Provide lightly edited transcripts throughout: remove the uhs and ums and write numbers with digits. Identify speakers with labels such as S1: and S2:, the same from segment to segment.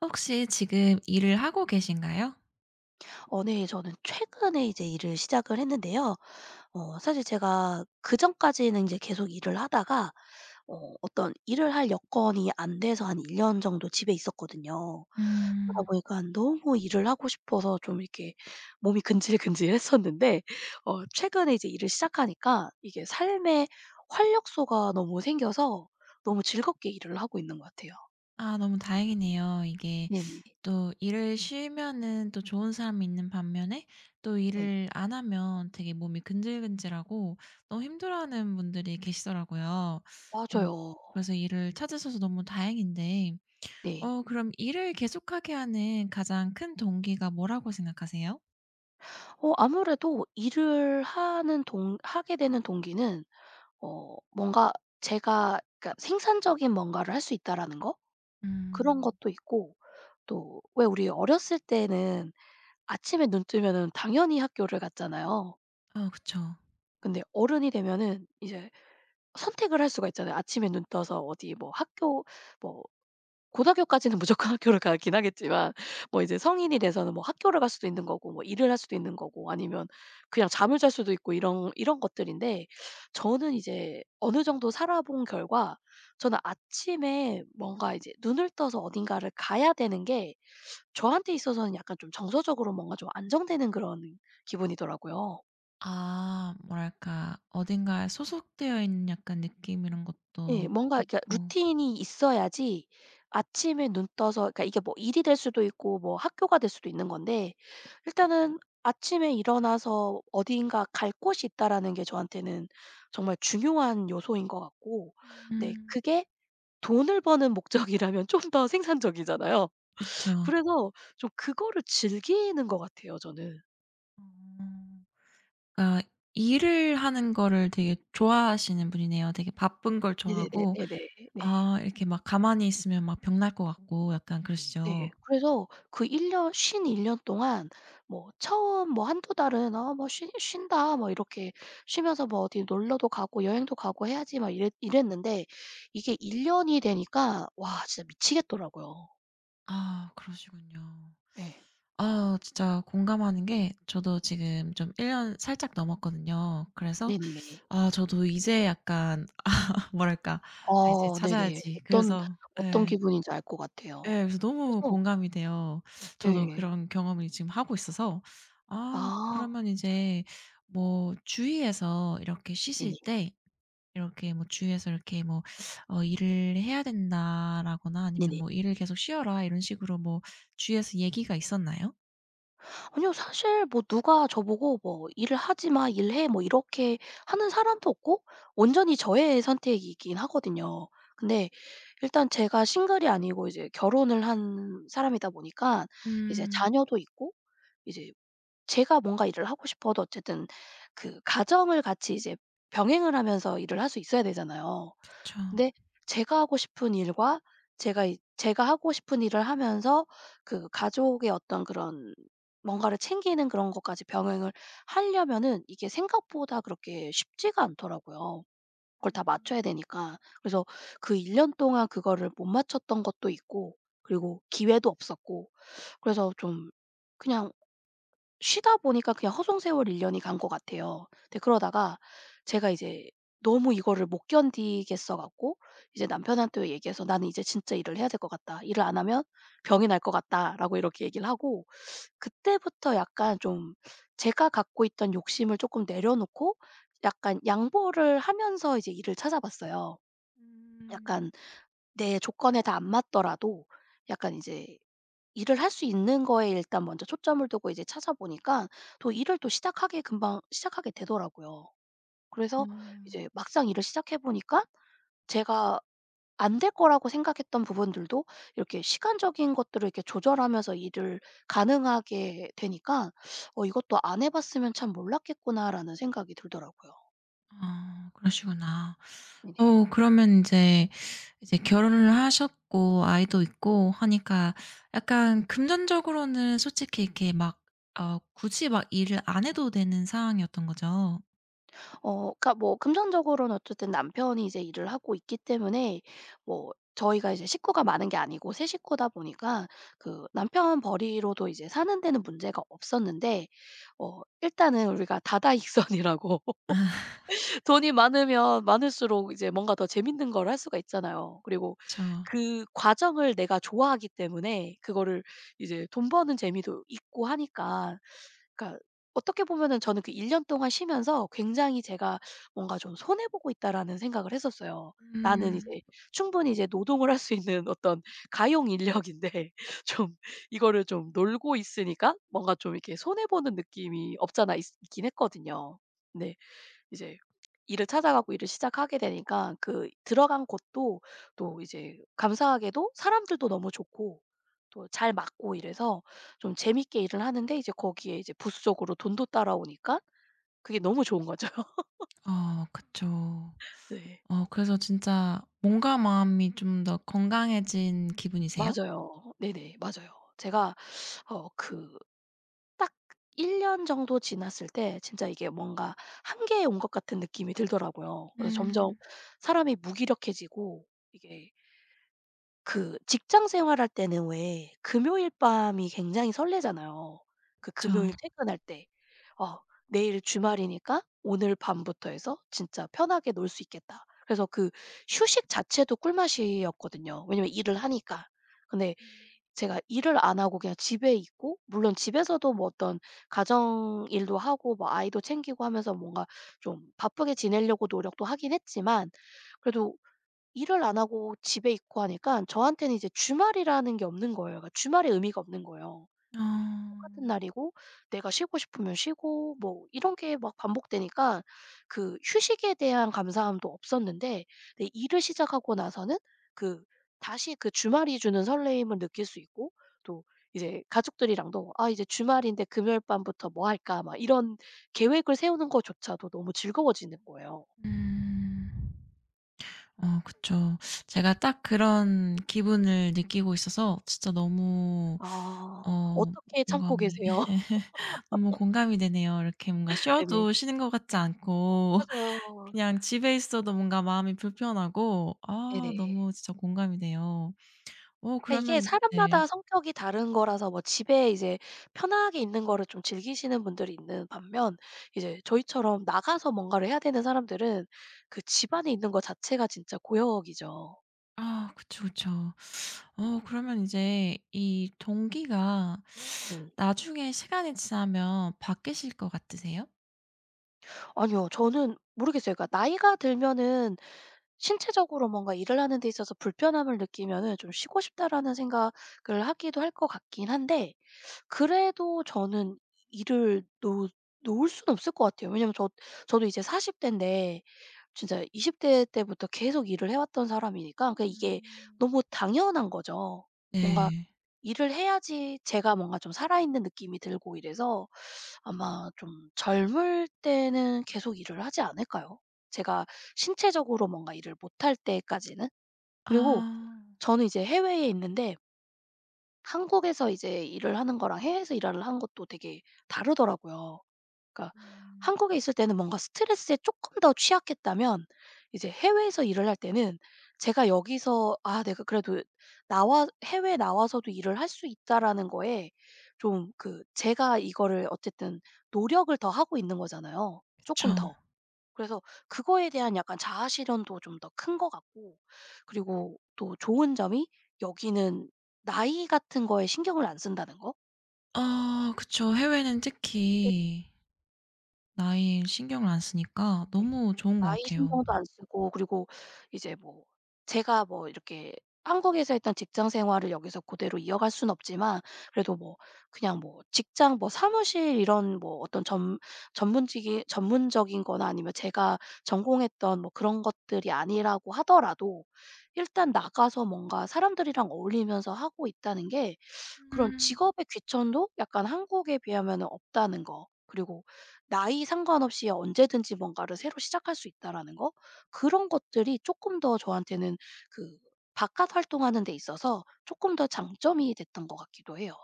S1: 혹시 지금 일을 하고 계신가요?
S2: 네. 저는 최근에 이제 일을 시작을 했는데요. 사실 제가 그전까지는 이제 계속 일을 하다가 어떤 일을 할 여건이 안 돼서 한 1년 정도 집에 있었거든요. 그러다
S1: 음.
S2: 보니까 너무 일을 하고 싶어서 좀 이렇게 몸이 근질근질했었는데 최근에 이제 일을 시작하니까 이게 삶의 활력소가 너무 생겨서 너무 즐겁게 일을 하고 있는 것 같아요.
S1: 아 너무 다행이네요. 이게
S2: 네네.
S1: 또 일을 쉬면은 또 좋은 사람이 있는 반면에 또
S2: 네네.
S1: 일을 안 하면 되게 몸이 근질근질하고 너무 힘들어하는 분들이 계시더라고요. 어
S2: 맞아요.
S1: 그래서 일을 찾으셔서 너무 다행인데
S2: 네.
S1: 어 그럼 일을 계속하게 하는 가장 큰 동기가 뭐라고 생각하세요?
S2: 아무래도 일을 하는 동 하게 되는 동기는 뭔가 제가 그러니까 생산적인 뭔가를 할 수 있다라는 거, 그런
S1: 음.
S2: 것도 있고 또 왜 우리 어렸을 때는 아침에 눈 뜨면은 당연히 학교를 갔잖아요.
S1: 어 그쵸.
S2: 근데 어른이 되면은 이제 선택을 할 수가 있잖아요. 아침에 눈 떠서 어디 뭐 학교, 뭐 고등학교까지는 무조건 학교를 가긴 하겠지만 뭐 이제 성인이 돼서는 뭐 학교를 갈 수도 있는 거고 뭐 일을 할 수도 있는 거고 아니면 그냥 잠을 잘 수도 있고, 이런 것들인데 저는 이제 어느 정도 살아본 결과 저는 아침에 뭔가 이제 눈을 떠서 어딘가를 가야 되는 게 저한테 있어서는 약간 좀 정서적으로 뭔가 좀 안정되는 그런 기분이더라고요.
S1: 아 뭐랄까 어딘가에 소속되어 있는 약간 느낌 이런
S2: 예.
S1: 것도
S2: 뭔가 그러니까
S1: 좋고.
S2: 루틴이 있어야지. 아침에 눈 떠서, 그러니까 이게 뭐 일이 될 수도 있고 뭐 학교가 될 수도 있는 건데 일단은 아침에 일어나서 어디인가 갈 곳이 있다라는 게 저한테는 정말 중요한 요소인 것 같고, 네
S1: 음
S2: 그게 돈을 버는 목적이라면 좀 더 생산적이잖아요.
S1: 그쵸.
S2: 그래서 좀 그거를 즐기는 것 같아요 저는.
S1: 어. 그러니까 일을 하는 거를 되게 좋아하시는 분이네요. 되게 바쁜 걸
S2: 네네네.
S1: 좋아하고.
S2: 네네. 네.
S1: 아 이렇게 막 가만히 있으면 막 병날 것 같고 약간
S2: 네.
S1: 그러시죠?
S2: 그래서 그 1년쉰1년 동안 뭐 처음 뭐 한두 달은, '아 뭐 쉬 쉰다.' 뭐 이렇게 쉬면서 뭐 어디 놀러도 가고 여행도 가고 해야지 막 이랬는데 이게 1 년이 되니까 와, 진짜 미치겠더라고요.
S1: 아 그러시군요.
S2: 예.
S1: 아 진짜 공감하는 게 저도 지금 좀 1년 년 살짝 넘었거든요. 그래서
S2: 네네네.
S1: 아 저도 이제 약간 뭐랄까 '아 이제
S2: 아 네네.
S1: 찾아야지.'
S2: 어떤
S1: 그래서
S2: 어떤
S1: 예.
S2: 기분인지 알 것
S1: 예.
S2: 같아요.
S1: 그래서 너무
S2: 그래서
S1: 공감이 돼요. 저도
S2: 예.
S1: 그런 경험을 지금 하고 있어서 아
S2: 아
S1: 그러면 이제 뭐 주위에서 이렇게 쉬실
S2: 네네.
S1: 때 이렇게 뭐 주위에서 이렇게 뭐 "일을 해야 된다."라거나 아니면
S2: 네네.
S1: 뭐 "일을 계속 쉬어라." 이런 식으로 뭐 주위에서 얘기가 있었나요?
S2: 아니요. 사실 뭐 누가 저보고 뭐 "일을 하지 마. 일해." 뭐 이렇게 하는 사람도 없고 온전히 저의 선택이긴 하거든요. 근데 일단 제가 싱글이 아니고 이제 결혼을 한 사람이다 보니까 이제
S1: 음.
S2: 자녀도 있고, 이제 제가 뭔가 일을 하고 싶어도 어쨌든 그 가정을 같이 이제 병행을 하면서 일을 할 수 있어야 되잖아요.
S1: 그쵸.
S2: 근데 제가 하고 싶은 일과 제가 하고 싶은 일을 하면서 그 가족의 어떤 그런 뭔가를 챙기는 그런 것까지 병행을 하려면은 이게 생각보다 그렇게 쉽지가 않더라고요. 그걸 다
S1: 음.
S2: 맞춰야 되니까. 그래서 그 1년 동안 그거를 못 맞췄던 것도 있고 그리고 기회도 없었고 그래서 좀 그냥 쉬다 보니까 그냥 허송 세월 1 년이 간 것 같아요. 근데 그러다가 제가 이제 너무 이거를 못 견디겠어 갖고 이제 남편한테 얘기해서 "나는 이제 진짜 일을 해야 될 것 같다. 일을 안 하면 병이 날 것 같다."라고 이렇게 얘기를 하고, 그때부터 약간 좀 제가 갖고 있던 욕심을 쪼끔 내려놓고 약간 양보를 하면서 이제 일을 찾아봤어요.
S1: 음.
S2: 약간 내 조건에 다 안 맞더라도 약간 이제 일을 할 수 있는 거에 일단 먼저 초점을 두고 이제 찾아보니까 또 일을 또 시작하게, 금방 시작하게 되더라고요.
S1: 어.
S2: 그래서 이제 막상 일을 시작해 보니까 제가 안 될 거라고 생각했던 부분들도 이렇게 시간적인 것들을 이렇게 조절하면서 일을 가능하게 되니까 '어 이것도 안 해 봤으면 참 몰랐겠구나.'라는 생각이 들더라고요.
S1: 아 그러시구나.
S2: 네네.
S1: 어 그러면 인제 이제 결혼을 하셨고 아이도 있고 하니까 약간 금전적으로는 솔직히 이렇게 막 굳이 막 일을 안 해도 되는 상황이었던 거죠.
S2: 그러니까 뭐 금전적으로는 어쨌든 남편이 이제 일을 하고 있기 때문에, 뭐 저희가 이제 식구가 많은 게 아니고 세 식구다 보니까 그 남편 벌이로도 이제 사는 데는 문제가 없었는데 일단은 우리가 다다익선이라고
S1: 아
S2: 돈이 많으면 많을수록 이제 뭔가 더 재밌는 걸 할 수가 있잖아요. 그리고
S1: 그쵸.
S2: 그 과정을 내가 좋아하기 때문에 그거를 이제 돈 버는 재미도 있고 하니까, 그러니까 어떻게 보면은 저는 그 1 년 동안 쉬면서 굉장히 제가 뭔가 좀 '손해 보고 있다.'라는 생각을 했었어요. 나는 이제
S1: 음.
S2: 충분히 이제 노동을 할 수 있는 어떤 가용 인력인데 좀 이거를 좀 놀고 있으니까 뭔가 좀 이렇게 손해 보는 느낌이 없잖아 있 있긴 했거든요. 네. 이제 일을 찾아가고 일을 시작하게 되니까 그 들어간 곳도 또 이제 감사하게도 사람들도 너무 좋고 또 잘 맞고 이래서 좀 재밌게 일을 하는데 이제 거기에 이제 부수적으로 돈도 따라오니까 그게 너무 좋은 거죠.
S1: 어 그쵸.
S2: 네.
S1: 어 그래서 진짜 몸과 마음이 좀 더 건강해진 기분이세요?
S2: 맞아요. 네네. 맞아요. 제가 그 딱 1년 정도 지났을 때 진짜 이게 뭔가 한계에 온 것 같은 느낌이 들더라고요. 그래서 점점
S1: 음.
S2: 사람이 무기력해지고, 이게 그 직장 생활할 때는 왜 금요일 밤이 굉장히 설레잖아요. 그
S1: 그쵸.
S2: 금요일 퇴근할 때. '어 내일 주말이니까 오늘 밤부터 해서 진짜 편하게 놀 수 있겠다.' 그래서 그 휴식 자체도 꿀맛이었거든요, 왜냐면 일을 하니까. 근데 제가 일을 안 하고 그냥 집에 있고, 물론 집에서도 뭐 어떤 가정 일도 하고 뭐 아이도 챙기고 하면서 뭔가 좀 바쁘게 지내려고 노력도 하긴 했지만 그래도 일을 안 하고 집에 있고 하니까 저한테는 이제 주말이라는 게 없는 거예요. 그러니까 주말의 의미가 없는 거예요. 매일
S1: 어.
S2: 똑같은 날이고, 내가 쉬고 싶으면 쉬고 뭐 이런 게 막 반복되니까 그 휴식에 대한 감사함도 없었는데, 데 일을 시작하고 나서는 그 다시 그 주말이 주는 설레임을 느낄 수 있고, 또 이제 가족들이랑도 '아 이제 주말인데 금요일 밤부터 뭐 할까?' 막 이런 계획을 세우는 것조차도 너무 즐거워지는 거예요.
S1: 음. 어 그쵸. 제가 딱 그런 기분을 느끼고 있어서 진짜 너무
S2: 아.
S1: 어
S2: 어떻게 참고
S1: 공감이
S2: 계세요?
S1: 너무 공감이 되네요. 이렇게 뭔가
S2: 네네.
S1: 쉬어도 쉬는 것 같지 않고
S2: 맞아요.
S1: 그냥 집에 있어도 뭔가 마음이 불편하고
S2: 네네.
S1: 아 너무 진짜 공감이 돼요. 어
S2: 그러니까 이게
S1: 그러면 네.
S2: 사람마다 성격이 다른 거라서 뭐 집에 이제 편하게 있는 거를 좀 즐기시는 분들이 있는 반면 이제 저희처럼 나가서 뭔가를 해야 되는 사람들은 그 집 안에 있는 거 자체가 진짜 고역이죠.
S1: 아 그쵸, 그쵸. 어 그러면 이제 이 동기가
S2: 네.
S1: 나중에 시간이 지나면 바뀌실 것 같으세요?
S2: 아니요. 저는 모르겠어요. 그러니까 나이가 들면은 신체적으로 뭔가 일을 하는 데 있어서 불편함을 느끼면은 좀 '쉬고 싶다.'라는 생각을 하기도 할 것 같긴 한데 그래도 저는 일을 놓 놓을 수는 없을 것 같아요. 왜냐면 저도 이제 40 대인데 진짜 20대 때부터 계속 일을 해 왔던 사람이니까 그 이게
S1: 음.
S2: 너무 당연한 거죠. 뭔가
S1: 네.
S2: 일을 해야지 제가 뭔가 좀 살아있는 느낌이 들고 이래서 아마 좀 젊을 때는 계속 일을 하지 않을까요? 제가 신체적으로 뭔가 일을 못할 때까지는? 그리고
S1: 아.
S2: 저는 이제 해외에 있는데 한국에서 이제 일을 하는 거랑 해외에서 일을 하는 것도 되게 다르더라고요. 그러니까
S1: 음
S2: 한국에 있을 때는 뭔가 스트레스에 쪼끔 더 취약했다면 이제 해외에서 일을 할 때는 제가 여기서 '아 내가 그래도 나와 해외에 나와서도 일을 할 수 있다.'라는 거에 좀, 그 제가 이거를 어쨌든 노력을 더 하고 있는 거잖아요
S1: 그쵸.
S2: 쪼끔 더. 그래서 그거에 대한 약간 자아 실현도 좀 더 큰 것 같고, 그리고 또 좋은 점이 여기는 나이 같은 거에 신경을 안 쓴다는 거?
S1: 아 그쵸. 해외는 특히 나이 신경을 안 쓰니까
S2: 예.
S1: 너무 좋은 것
S2: 나이
S1: 같아요.
S2: 신경도 안 쓰고 그리고 이제 뭐 제가 뭐 이렇게 한국에서 했던 직장 생활을 여기서 그대로 이어갈 순 없지만 그래도 뭐 그냥 뭐 직장 뭐 사무실 이런 뭐 어떤 전 전문직이, 전문적인 거나 아니면 제가 전공했던 뭐 그런 것들이 아니라고 하더라도 일단 나가서 뭔가 사람들이랑 어울리면서 하고 있다는 게, 그런
S1: 음.
S2: 직업의 귀천도 약간 한국에 비하면은 없다는 거. 그리고 나이 상관없이 언제든지 뭔가를 새로 시작할 수 있다라는 거, 그런 것들이 조금 더 저한테는 그 바깥 활동하는 데 있어서 조금 더 장점이 됐던 것 같기도 해요.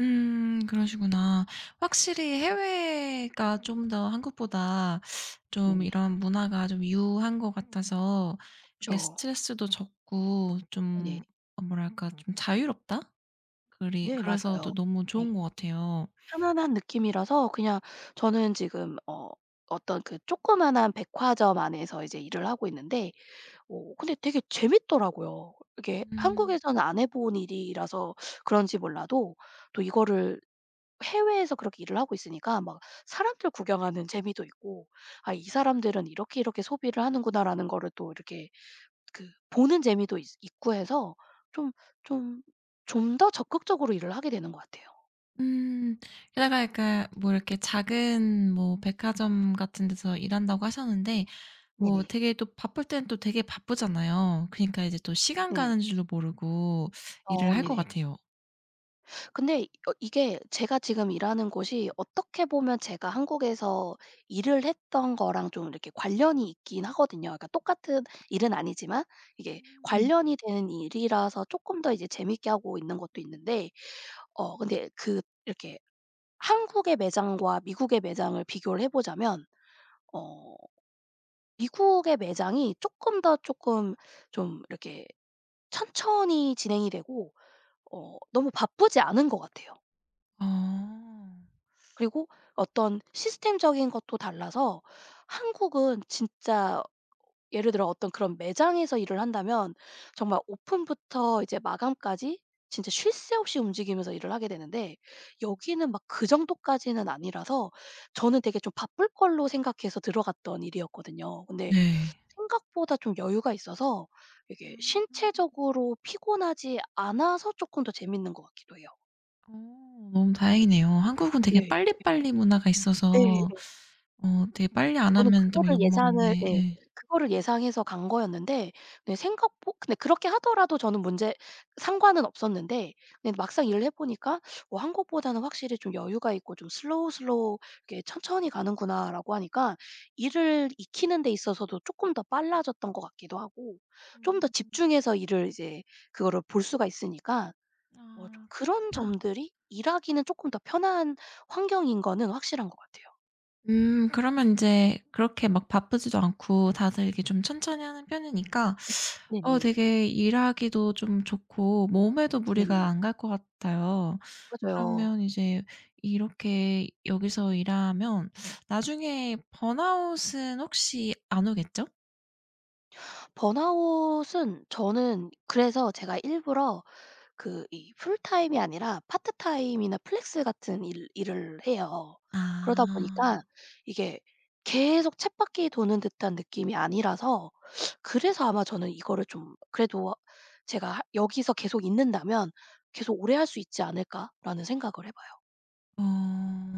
S1: 그러시구나. 확실히 해외가 좀 더 한국보다 좀
S2: 네네.
S1: 이런 문화가 좀 유한 것 같아서 이게
S2: 그쵸.
S1: 스트레스도 적고 좀
S2: 네네.
S1: 어 뭐랄까 좀 자유롭다? 그리
S2: 네
S1: 그래서 또
S2: 맞아요.
S1: 너무
S2: 예.
S1: 좋은 것 같아요.
S2: 편안한 느낌이라서 그냥 저는 지금 어떤 그 조그마한 백화점 안에서 이제 일을 하고 있는데 근데 되게 재밌더라고요. 이게
S1: 음.
S2: 한국에서는 안 해본 일이라서 그런지 몰라도 또 이거를 해외에서 그렇게 일을 하고 있으니까 막 사람들 구경하는 재미도 있고 '아 이 사람들은 이렇게 이렇게 소비를 하는구나.'라는 거를 또 이렇게 그 보는 재미도 있 있고 해서 좀 좀 좀 더 적극적으로 일을 하게 되는 것 같아요.
S1: 음. 게다가 약간 뭐 이렇게 작은 뭐 백화점 같은 데서 일한다고 하셨는데 뭐
S2: 네네.
S1: 되게 또 바쁠 때는 또 되게 바쁘잖아요. 그니까 이제 또 시간
S2: 네네.
S1: 가는 줄도 모르고 일을
S2: 어
S1: 할 것
S2: 네네.
S1: 같아요.
S2: 근데 이게 제가 지금 일하는 곳이 어떻게 보면 제가 한국에서 일을 했던 거랑 좀 이렇게 관련이 있긴 하거든요. 그러니까 똑같은 일은 아니지만 이게
S1: 음.
S2: 관련이 되는 일이라서 조금 더 이제 재밌게 하고 있는 것도 있는데 근데 그 이렇게 한국의 매장과 미국의 매장을 비교를 해 보자면 어 미국의 매장이 조금 더 조금 좀 이렇게 천천히 진행이 되고 너무 바쁘지 않은 것 같아요.
S1: 아.
S2: 그리고 어떤 시스템적인 것도 달라서 한국은 진짜 예를 들어 어떤 그런 매장에서 일을 한다면 정말 오픈부터 이제 마감까지 진짜 쉴 새 없이 움직이면서 일을 하게 되는데 여기는 막 그 정도까지는 아니라서 저는 되게 좀 바쁠 걸로 생각해서 들어갔던 일이었거든요. 근데
S1: 네.
S2: 생각보다 좀 여유가 있어서 이게 신체적으로 피곤하지 않아서 조금 더 재밌는 것 같기도 해요.
S1: 어 너무 다행이네요. 한국은 되게
S2: 네.
S1: 빨리빨리 문화가 있어서
S2: 네.
S1: 어 되게 빨리 안
S2: 저는
S1: 하면 또 뭐
S2: 그거를
S1: 욕먹는데
S2: 예상을, 예.
S1: 예.
S2: 그거를 예상해서 간 거였는데, 네 생각보 근데 그렇게 하더라도 저는 문제 상관은 없었는데 근데 막상 일을 해 보니까 '어 한국보다는 확실히 좀 여유가 있고 좀 슬로우 슬로우 이렇게 천천히 가는구나.'라고 하니까 일을 익히는 데 있어서도 쪼끔 더 빨라졌던 것 같기도 하고 좀 더
S1: 음.
S2: 집중해서 일을 이제 그거를 볼 수가 있으니까 뭐 좀
S1: 아.
S2: 그런 점들이 일하기는 쪼끔 더 편한 환경인 거는 확실한 것 같아요.
S1: 그러면 인제 그렇게 막 바쁘지도 않고 다들 이렇게 좀 천천히 하는 편이니까 어
S2: 네네.
S1: 되게 일하기도 좀 좋고 몸에도 무리가
S2: 네네.
S1: 안 갈 것 같아요.
S2: 맞아요.
S1: 그러면 이제 이렇게 여기서 일하면 나중에 번아웃은 혹시 안 오겠죠?
S2: 번아웃은 저는 그래서 제가 일부러 그 이 풀타임이 아니라 파트타임이나 플렉스 같은 일 일을 해요. 그러다 보니까
S1: 아.
S2: 이게 계속 쳇바퀴 도는 듯한 느낌이 아니라서 그래서 아마 저는 이거를 좀 그래도 제가 하 '여기서 계속 있는다면 계속 오래 할 수 있지 않을까.'라는 생각을 해 봐요.
S1: 어.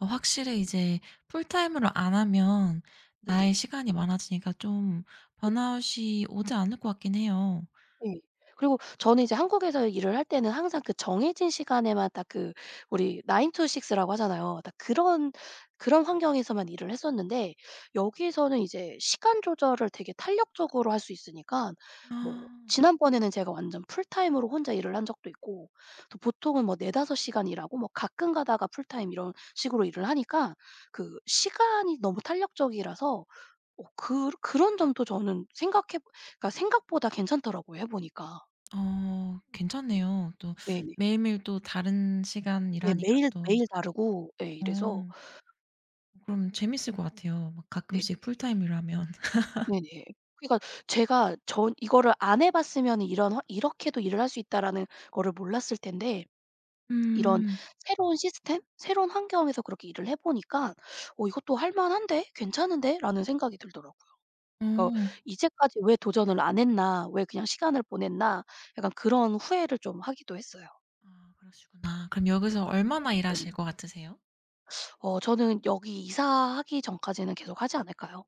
S1: 어 확실히 이제 풀타임으로 안 하면 나의
S2: 네네.
S1: 시간이 많아지니까 좀 번아웃이 오지 않을 것 같긴 해요.
S2: 네. 그리고 저는 이제 한국에서 일을 할 때는 항상 그 정해진 시간에만 딱 그 우리 9 to 6 라고 하잖아요. 딱 그런 환경에서만 일을 했었는데 여기서는 이제 시간 조절을 되게 탄력적으로 할 수 있으니까
S1: 아.
S2: 뭐 지난번에는 제가 완전 풀타임으로 혼자 일을 한 적도 있고 또 보통은 뭐 4-5 시간 일하고 뭐 가끔 가다가 풀타임 이런 식으로 일을 하니까 그 시간이 너무 탄력적이라서 그 그런 점도 저는 생각해, 그러니까 생각보다 괜찮더라고요 해 보니까.
S1: 어 괜찮네요. 또
S2: 네네.
S1: 매일매일 또 다른 시간
S2: 예
S1: 일하니까
S2: 매일
S1: 또
S2: 매일 다르고 예
S1: 어
S2: 이래서
S1: 그럼 재밌을 것 같아요. 막 가끔씩
S2: 네네네.
S1: 풀타임 일하면.
S2: 네네. 그러니까 제가 전 이거를 안 해 봤으면은 이런 화 '이렇게도 일을 할 수 있다.'라는 거를 몰랐을 텐데 이런
S1: 음.
S2: 새로운 시스템, 새로운 환경에서 그렇게 일을 해 보니까 '어 이것도 할 만한데? 괜찮은데?'라는 생각이 들더라고요.
S1: 어.
S2: 그러니까 '이제까지 왜 도전을 안 했나? 왜 그냥 시간을 보냈나?' 약간 그런 후회를 좀 하기도 했어요.
S1: 아 그러시구나. 그럼 여기서 얼마나
S2: 네네.
S1: 일하실 것 같으세요?
S2: 저는 여기 이사하기 전까지는 계속 하지 않을까요?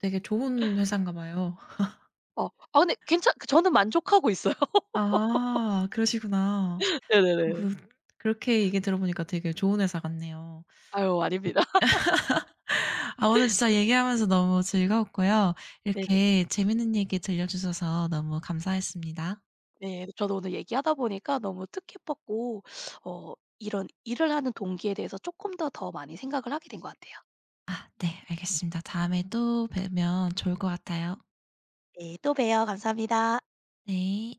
S1: 되게 좋은 회사인가 봐요.
S2: 어. 아 근데 괜찮 그 저는 만족하고 있어요.
S1: 아 그러시구나. 어
S2: 네네네.
S1: 그 그렇게 얘기 들어보니까 되게 좋은 회사 같네요.
S2: 아유 아닙니다.
S1: 아 오늘 진짜 얘기하면서 너무 즐거웠고요.
S2: 네네.
S1: 이렇게 재밌는 얘기 들려주셔서 너무 감사했습니다.
S2: 네. 저도 오늘 얘기하다 보니까 너무 뜻깊었고 어 이런 일을 하는 동기에 대해서 쪼끔 더 많이 생각을 하게 된 것 같아요.
S1: 네 알겠습니다. 다음에 또 뵈면 좋을 것 같아요.
S2: 네. 또 봬요. 감사합니다.
S1: 네.